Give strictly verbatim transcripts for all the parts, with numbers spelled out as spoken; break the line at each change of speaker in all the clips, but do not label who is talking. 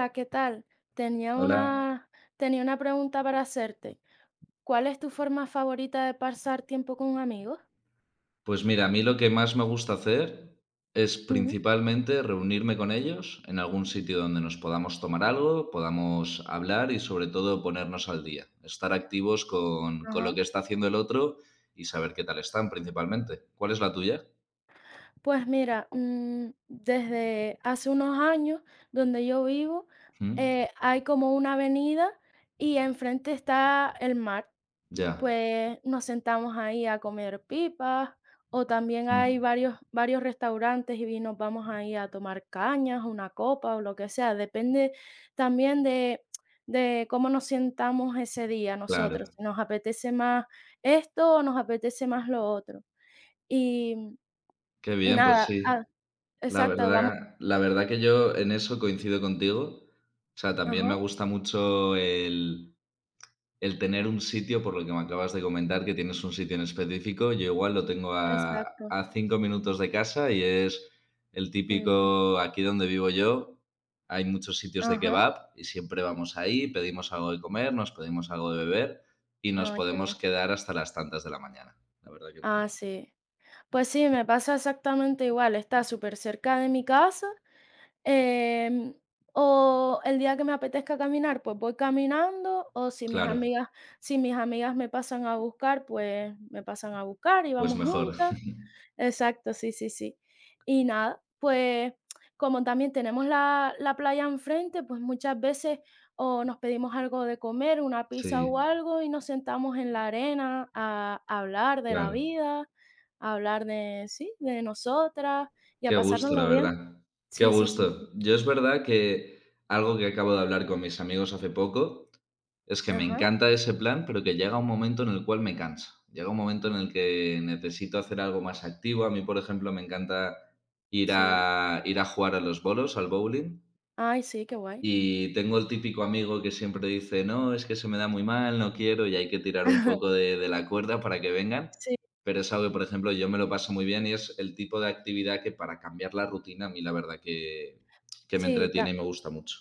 Hola, ¿qué tal? Tenía
Hola.
una, tenía una pregunta para hacerte. ¿Cuál es tu forma favorita de pasar tiempo con amigos?
Pues mira, a mí lo que más me gusta hacer es
Ujú.
principalmente reunirme con ellos en algún sitio donde nos podamos tomar algo, podamos hablar y sobre todo ponernos al día, estar activos con, con lo
Ajá.
que está haciendo el otro y saber qué tal están principalmente. ¿Cuál es la tuya?
Pues mira, mm, desde hace unos años, donde yo vivo,
Mm,
eh, hay como una avenida y enfrente está el mar.
ya,
Pues nos sentamos ahí a comer pipas o también hay
mm,
varios, varios restaurantes y vi- nos vamos ahí a tomar cañas, una copa o lo que sea. Depende también de, de cómo nos sentamos ese día nosotros,
claro.
si nos apetece más esto o nos apetece más lo otro. Y,
Qué
y
bien, pues
nada,
sí.
ah,
La
exacto, vamos.
verdad, la verdad que yo en eso coincido contigo. O sea, también me
Ajá,
gusta mucho el, el tener un sitio, por lo que me acabas de comentar, que tienes un sitio en específico, yo igual lo tengo a,
exacto,
a cinco minutos de casa y es el
qué bien.
típico, aquí donde vivo yo, hay muchos sitios de
Ajá,
kebab y siempre vamos ahí, pedimos algo de comer, nos pedimos algo de beber y nos
ah, qué
podemos
bien.
quedar hasta las tantas de la mañana. La verdad que muy
Ah,
bien.
sí. Pues sí, me pasa exactamente igual. Está súper cerca de mi casa. Em, o el día que me apetezca caminar, pues voy caminando, o si mis
Claro,
amigas si mis amigas me pasan a buscar, pues me pasan a buscar y
pues
vamos
mejor.
juntas. Exacto, sí, sí, sí. Y nada, pues como también tenemos la la playa enfrente, pues muchas veces o nos pedimos algo de comer, una pizza o
Sí,
algo, y nos sentamos en la arena a a hablar de la
claro.
vida, a hablar de sí, de nosotras y a
Qué gusto, la
pasárnoslo bien.
verdad. Qué
Sí, sí, sí, sí.
gusto. Yo es verdad que algo que acabo de hablar con mis amigos hace poco es que me
Ajá.
encanta ese plan, pero que llega un momento en el cual me cansa. Llega un momento en el que necesito hacer algo más activo. A mí, por ejemplo, me encanta ir
Sí.
a ir a jugar a los bolos, al bowling,
Ay, sí, qué guay.
y tengo el típico amigo que siempre dice: "No, es que se me da muy mal, no quiero", y hay que tirar un poco de de la cuerda para que vengan,
Sí,
pero es algo que, por ejemplo, yo me lo paso muy bien y es el tipo de actividad que para cambiar la rutina a mí la verdad que que me
sí,
entretiene y
ta
me gusta mucho.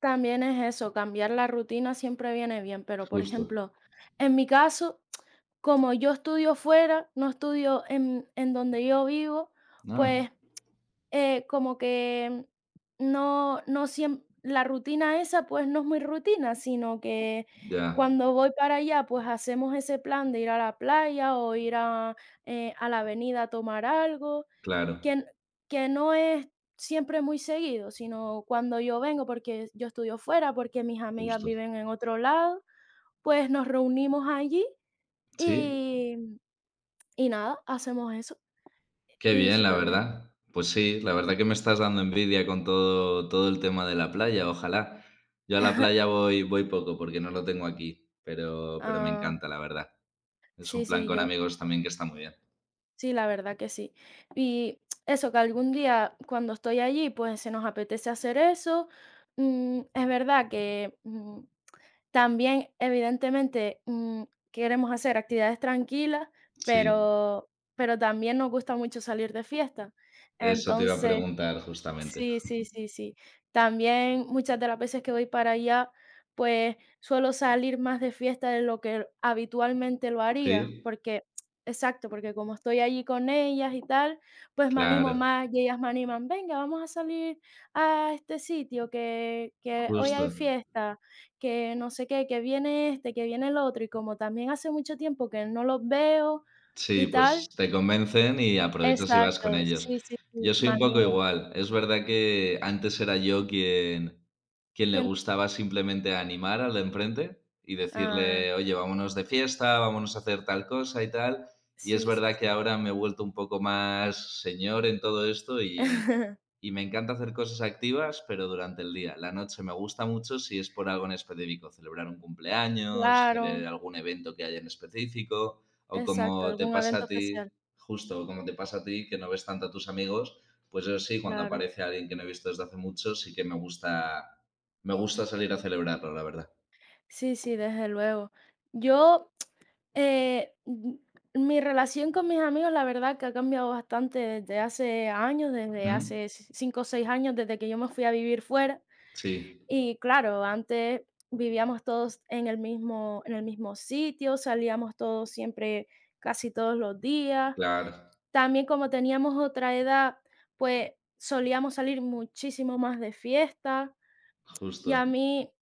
también es eso, cambiar la rutina siempre viene bien, pero, por
Justo.
ejemplo, en mi caso, como yo estudio fuera, no estudio en en donde yo vivo,
Ah,
pues, eh, como que no no siem la rutina esa, pues, no es muy rutina, sino que
ya,
cuando voy para allá, pues, hacemos ese plan de ir a la playa o ir a, eh, a la avenida a tomar algo. que,
claro,
n- que no es siempre muy seguido, sino cuando yo vengo, porque yo estudio fuera, porque mis amigas
justo.
viven en otro lado, pues nos reunimos allí
¿Sí?
y, y nada, hacemos eso
Qué
y
bien, la
súper bien.
verdad. Pues sí, la verdad que me estás dando envidia con todo, todo el tema de la playa, ojalá. Yo a la playa voy, voy poco porque no lo tengo aquí, pero, pero me
Ah,
encanta, la verdad. Es
sí,
un plan
sí,
con
yo,
amigos también que está muy bien.
sí, la verdad que sí. Y eso, que algún día cuando estoy allí, pues se nos apetece hacer eso. Mm, es verdad que mm, también, evidentemente, mm, queremos hacer actividades tranquilas,
Sí,
pero pero también nos gusta mucho salir de fiesta.
eso te iba a
Entonces
preguntar justamente.
sí, sí, sí, sí. También muchas de las veces que voy para allá, pues suelo salir más de fiesta de lo que habitualmente lo haría,
Sí,
porque, exacto, porque como estoy allí con ellas y tal, pues me
claro,
animo más y ellas me animan, venga, vamos a salir a este sitio, que, que hoy hay
justo.
fiesta, que no sé qué, que viene este, que viene el otro, y como también hace mucho tiempo que no los veo
Sí,
y
pues
tal,
te convencen y aprovechas y vas con
exacto,
ellos.
sí, sí, sí,
Yo soy
me
un poco
animo.
igual. Es verdad que antes era yo quien, quien le
¿Quién?
gustaba simplemente animar al de enfrente y
Ah.
decirle, oye, vámonos de fiesta, vámonos a hacer tal cosa y tal. Y es
Sí, sí,
verdad que
sí.
ahora me he vuelto un poco más señor en todo esto y, y me encanta hacer cosas activas, pero durante el día. La noche me gusta mucho si es por algo en específico, celebrar un cumpleaños,
Claro.
celebrar algún evento que haya en específico o
Exacto,
como te
algún
pasa
evento
a ti,
especial,
justo como te pasa a ti, que no ves tanto a tus amigos, pues eso sí, cuando
claro.
aparece alguien que no he visto desde hace mucho, sí que me gusta, me gusta salir a celebrarlo, la verdad.
Sí, sí, desde luego. Yo, eh, mm, mi relación con mis amigos, la verdad que ha cambiado bastante desde hace años, desde
¿Mm?
hace c- cinco o seis años, desde que yo me fui a vivir fuera.
Sí,
Y claro, antes vivíamos todos en el mismo en el mismo sitio, salíamos todos siempre, casi todos los días.
claro,
También como teníamos otra edad, pues solíamos salir muchísimo más de fiesta y a
justo,
mí,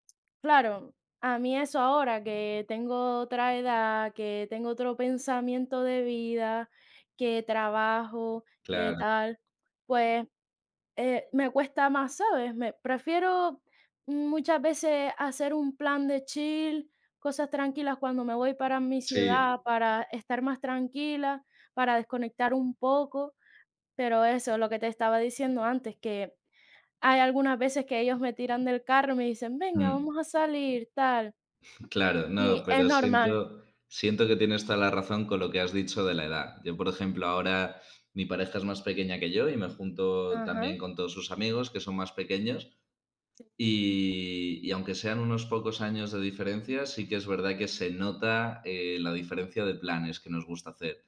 claro, a mí eso ahora que tengo otra edad, que tengo otro pensamiento de vida, que trabajo, que
claro,
tal, pues eh, me cuesta más, ¿sabes? Me prefiero muchas veces hacer un plan de chill, cosas tranquilas cuando me voy para mi ciudad,
sí,
para estar más tranquila, para desconectar un poco. Pero eso, lo que te estaba diciendo antes, que hay algunas veces que ellos me tiran del carro y me dicen: "Venga,
mm,
vamos a salir", tal,
claro, no,
y es
pero
normal.
siento, siento que tienes toda la razón con lo que has dicho de la edad. Yo, por ejemplo, ahora mi pareja es más pequeña que yo y me junto
Ajá.
también con todos sus amigos que son más pequeños. Y, y aunque sean unos pocos años de diferencia, sí que es verdad que se nota eh, la diferencia de planes que nos gusta hacer.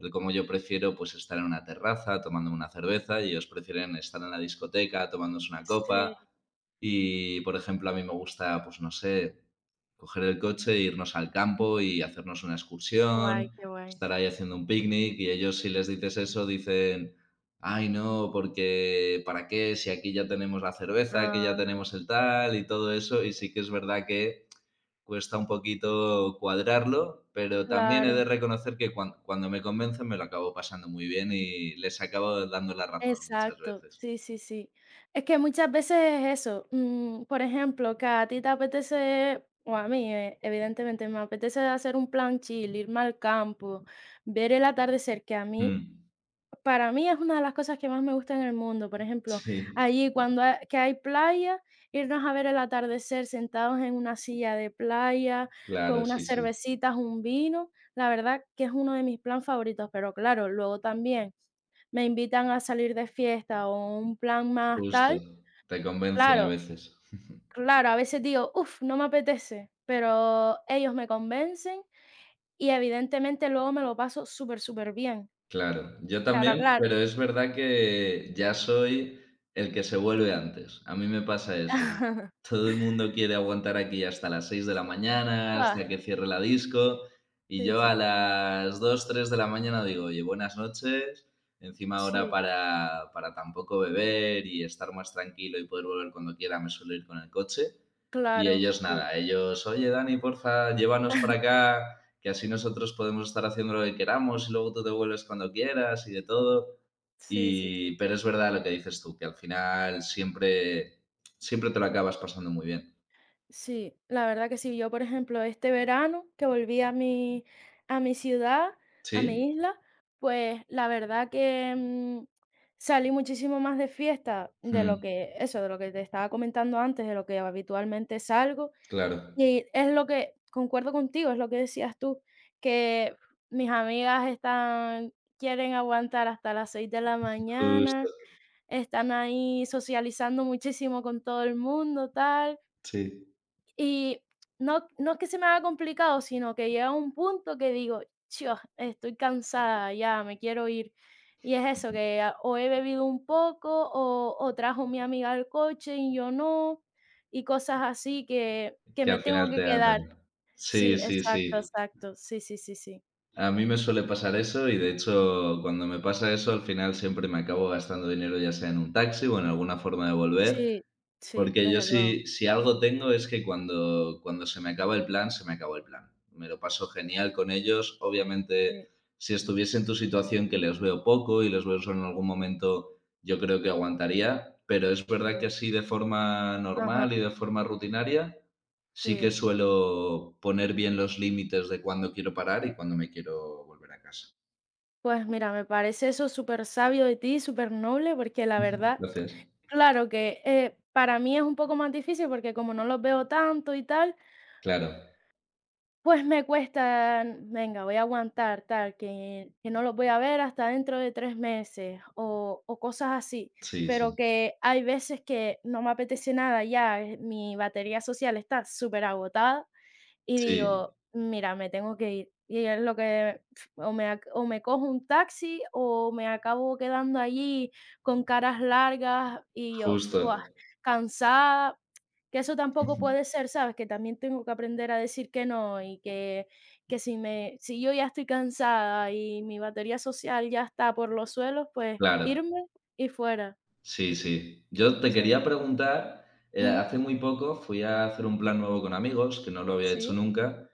El cómo yo prefiero pues estar en una terraza tomando una cerveza y ellos prefieren estar en la discoteca tomándose una
Sí,
copa. Y, por ejemplo, a mí me gusta, pues no sé, coger el coche, e irnos al campo y hacernos una
qué guay,
excursión,
qué guay.
estar ahí haciendo un picnic y ellos si les dices eso dicen, ay, no, porque ¿para qué? Si aquí ya tenemos la cerveza, aquí ya
Ah,
tenemos el tal y todo eso, y sí que es verdad que cuesta un poquito cuadrarlo, pero también he de
claro,
reconocer que cuan cuando me convencen me lo acabo pasando muy bien y les acabo dando la razón muchas
exacto.
veces.
Sí, sí, sí. Es que muchas veces es eso, mm, por ejemplo, que a ti te apetece, o a mí, eh, evidentemente, me apetece hacer un plan chill, irme al campo, ver el atardecer, que a mí
Mm.
para mí es una de las cosas que más me gusta en el mundo. Por ejemplo,
Sí,
allí cuando ha- que hay playa, irnos a ver el atardecer sentados en una silla de playa, con
claro, sí,
unas
sí,
cervecitas, un vino. La verdad que es uno de mis planes favoritos, pero claro, luego también me invitan a salir de fiesta o un plan más
justo.
tal,
Te convencen a
claro,
veces.
claro, a veces digo, uff, no me apetece, pero ellos me convencen y evidentemente luego me lo paso súper, súper bien.
Claro, yo
Pero
también,
claro,
pero es verdad que ya soy el que se vuelve antes. A mí me pasa eso. Todo el mundo quiere aguantar aquí hasta las seis de la mañana,
guau.
hasta que cierre la disco, y
Sí,
yo
sí,
a
sí.
las dos, tres de la mañana digo, oye, buenas noches. Encima ahora
Sí,
para, para tampoco beber y estar más tranquilo y poder volver cuando quiera, me suelo ir con el coche. Y
claro,
ellos nada,
sí.
ellos, oye Dani, porfa, llévanos para acá, que así nosotros podemos estar haciendo lo que queramos y luego tú te vuelves cuando quieras y de todo.
Sí, sí,
Y,
sí.
pero es verdad lo que dices tú, que al final siempre, siempre te lo acabas pasando muy bien.
Sí, la verdad que sí. Yo, por ejemplo, este verano que volví a mi, a mi ciudad, a
¿Sí?
mi isla, pues la verdad que mm, salí muchísimo más de fiesta de lo
Mm,
que, eso, de lo que te estaba comentando antes, de lo que habitualmente salgo.
claro,
Y es lo que, concuerdo contigo, es lo que decías tú, que mis amigas están, quieren aguantar hasta las seis de la
justo.
mañana. Están ahí socializando muchísimo con todo el mundo, tal.
Sí,
Y no, no es que se me haga complicado, sino que llega un punto que digo: "Chio, estoy cansada, ya me quiero ir". Y es eso, que a- o he bebido un poco o, o trajo mi amiga al coche y yo no, y cosas así que, que
que
me
al
tengo
final
que
te
quedar.
atan.
Sí,
Sí, sí,
exacto,
sí.
exacto. Sí, sí, sí, sí.
a mí me suele pasar eso y de hecho cuando me pasa eso al final siempre me acabo gastando dinero ya sea en un taxi o en alguna forma de volver.
Sí, sí,
Porque yo
desde luego.
si, si algo tengo es que cuando, cuando se me acaba el plan, se me acaba el plan. Me lo paso genial con ellos. Obviamente,
Sí,
si estuviese en tu situación que les veo poco y les veo solo en algún momento, yo creo que aguantaría. Pero es verdad que
sí.
así de forma
Ajá,
normal y de forma rutinaria, sí que
sí.
suelo poner bien los límites de cuándo quiero parar y cuándo me quiero volver a casa.
Pues mira, me parece eso súper sabio de ti, súper noble, porque la verdad,
Entonces,
claro que eh, para mí es un poco más difícil porque como no los veo tanto y tal,
claro,
pues me cuesta, venga, voy a aguantar tal, que, que no los voy a ver hasta dentro de tres meses o, o cosas así,
sí,
pero
sí,
que hay veces que no me apetece nada ya, eh, mi batería social está súper agotada y
sí,
digo: "Mira, me tengo que ir". Y es lo que pf, o me ac o me cojo un taxi o me acabo quedando allí con caras largas y yo,
justo,
¡fua!, cansada, que eso tampoco puede ser, ¿sabes? Que también tengo que aprender a decir que no y que que si me si yo ya estoy cansada y mi batería social ya está por los suelos, pues
claro.
irme y fuera.
Sí, sí. Yo te
Sí.
quería preguntar, eh,
Ujú.
hace muy poco fui a hacer un plan nuevo con amigos, que no lo había hecho
Sí.
nunca.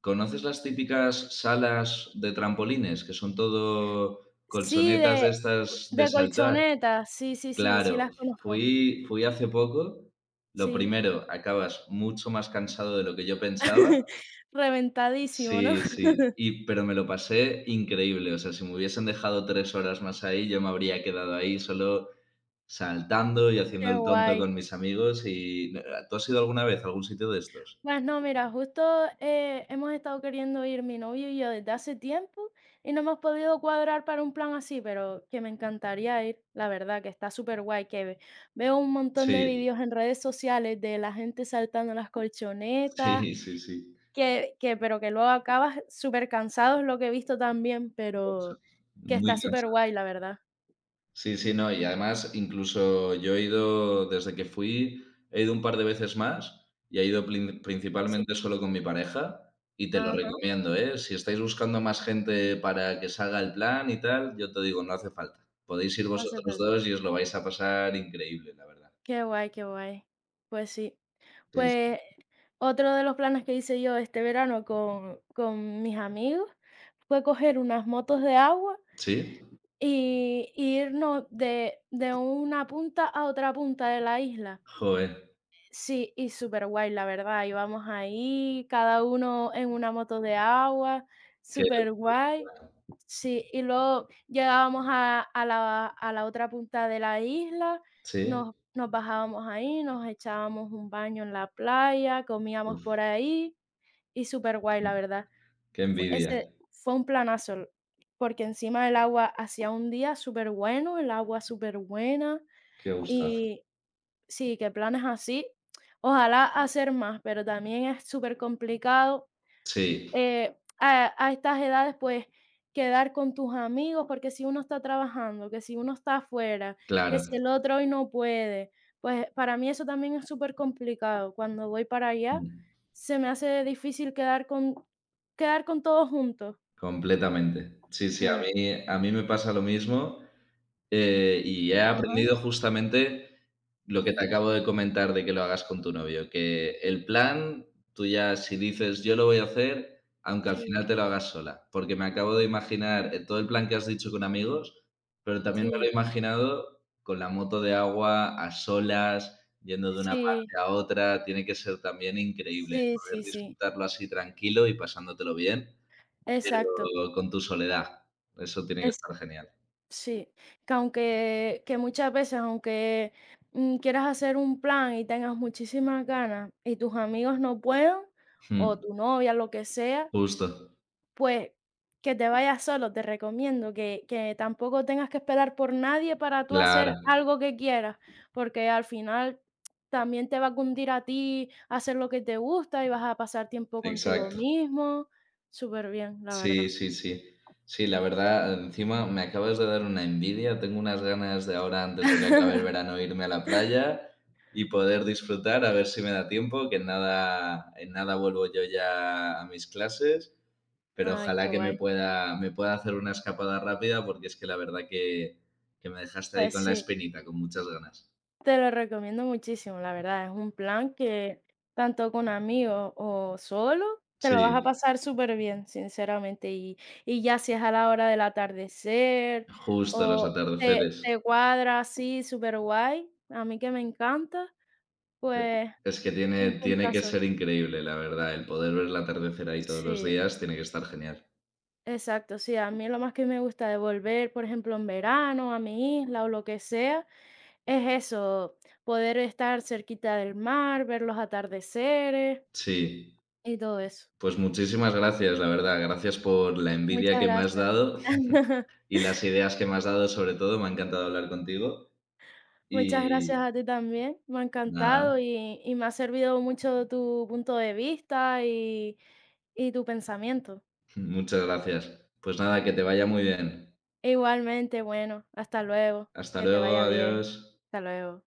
¿Conoces las típicas salas de trampolines, que son todo
Sí,
colchonetas de
de
estas de
de
saltar?
colchonetas. Sí, sí, sí, sí
Claro,
las conozco.
fui, fui hace poco. Lo
Sí,
primero, acabas mucho más cansado de lo que yo pensaba.
reventadísimo, ¿no?
Sí, sí. Y, pero me lo pasé increíble. O sea, si me hubiesen dejado tres horas más ahí, yo me habría quedado ahí solo. Saltando y haciendo
Qué
el tonto
guay.
con mis amigos y ¿no? ¿Tú has ido alguna vez a algún sitio de estos?
Pues no, mira, justo eh, hemos estado queriendo ir mi novio y yo desde hace tiempo y no hemos podido cuadrar para un plan así, pero que me encantaría ir, la verdad, que está súper guay, que ve- veo un montón de
Sí,
vídeos en redes sociales de la gente saltando las colchonetas,
sí, sí, sí,
que, que, pero que luego acabas súper cansado, es lo que he visto también,
mucho,
pero que está
muy
súper
cansado.
guay, la verdad.
Sí, sí, no, y además incluso yo he ido desde que fui, he ido un par de veces más y he ido plin
Sí,
principalmente solo con mi pareja y te lo
ajá,
recomiendo, ¿eh? Si estáis buscando más gente para que salga el plan y tal, yo te digo, no hace falta. Podéis ir
hace
vosotros
falta.
dos y os lo vais a pasar increíble, la verdad.
Qué guay, qué guay. Pues sí.
Sí, sí.
Pues otro de los planes que hice yo este verano con, con mis amigos fue coger unas motos de agua
¿Sí?
y, irnos de, de una punta a otra punta de la isla.
Joder,
Sí, y súper guay, la verdad. Íbamos ahí, cada uno en una moto de agua,
qué
súper
locura.
guay. Sí, y luego llegábamos a a la a la otra punta de la isla,
Sí,
nos nos bajábamos ahí, nos echábamos un baño en la playa, comíamos por
uf,
ahí y súper guay la verdad.
qué
Fue
envidia,
ese fue un planazo, porque encima el agua hacía un día súper bueno, el agua súper buena
qué gustazo.
y sí, que planes así, ojalá hacer más, pero también es súper complicado
Sí,
eh, a, a estas edades, pues quedar con tus amigos, porque si uno está trabajando, que si uno está afuera, que si
claro,
el otro hoy no puede, pues para mí eso también es súper complicado. Cuando voy para allá,
mm,
se me hace difícil quedar con, quedar con todos juntos.
completamente. Sí, sí, a
Eh,
mí a mí me pasa lo mismo, eh, y he
Ajá,
aprendido justamente lo que te
sí,
acabo de comentar de que lo hagas con tu novio, que el plan, tú ya si dices yo lo voy a hacer, aunque al
sí,
final te lo hagas sola, porque me acabo de imaginar eh, todo el plan que has dicho con amigos, pero también me lo he
sí,
imaginado con la moto de agua a solas, yendo de una
sí,
parte a otra, tiene que ser también increíble
sí,
poder
sí, sí,
disfrutarlo así tranquilo y pasándotelo bien, pero
exacto.
con tu soledad. Eso tiene que
Es,
estar genial.
sí, que aunque que muchas veces, aunque mm, quieras hacer un plan y tengas muchísimas ganas y tus amigos no puedan, o
Mm,
tu novia, lo que sea,
justo.
pues que te vayas solo, te recomiendo que, que tampoco tengas que esperar por nadie para tú
Claro,
hacer algo que quieras, porque al final también te va a cundir a ti hacer lo que te gusta y vas a pasar tiempo contigo
exacto.
mismo. Súper bien, la
Sí,
verdad.
sí, sí. Sí, la verdad, encima me acabas de dar una envidia. Tengo unas ganas de ahora, antes de que acabe el verano, irme a la playa y poder disfrutar, a ver si me da tiempo, que en nada, en nada vuelvo yo ya a mis clases, pero
Ay,
ojalá
qué
que me
guay.
pueda, me pueda hacer una escapada rápida porque es que la verdad que, que me dejaste ahí
Pues
con la
sí.
espinita, con muchas ganas.
Te lo recomiendo muchísimo, la verdad. Es un plan que tanto con amigos o solo, te lo vas a
Sí,
pasar súper bien, sinceramente. Y, y ya si es a la hora del atardecer
justo los
o te,
atardeceres.
te cuadra así súper guay, a mí que me encanta,
Es
pues
es que tiene,
un
tiene que
puntazo.
ser increíble, la verdad. El poder ver el atardecer ahí todos los
Sí,
días tiene que estar genial.
exacto. Sí, a mí lo más que me gusta de volver, por ejemplo, en verano a mi isla o lo que sea, es eso, poder estar cerquita del mar, ver los atardeceres.
Sí,
Y todo eso.
pues muchísimas gracias, la verdad. Gracias por la envidia
Muchas
que me has
gracias.
dado, y las ideas que me has dado, sobre todo. Me ha encantado hablar contigo.
Muchas gracias
Y
a ti también. Me ha
nada,
encantado y, y me ha servido mucho tu punto de vista y, y tu pensamiento.
muchas gracias. Pues nada, que te vaya muy bien.
Igualmente, bueno, hasta luego.
Hasta
Que te
luego,
vaya bien.
adiós.
Hasta luego.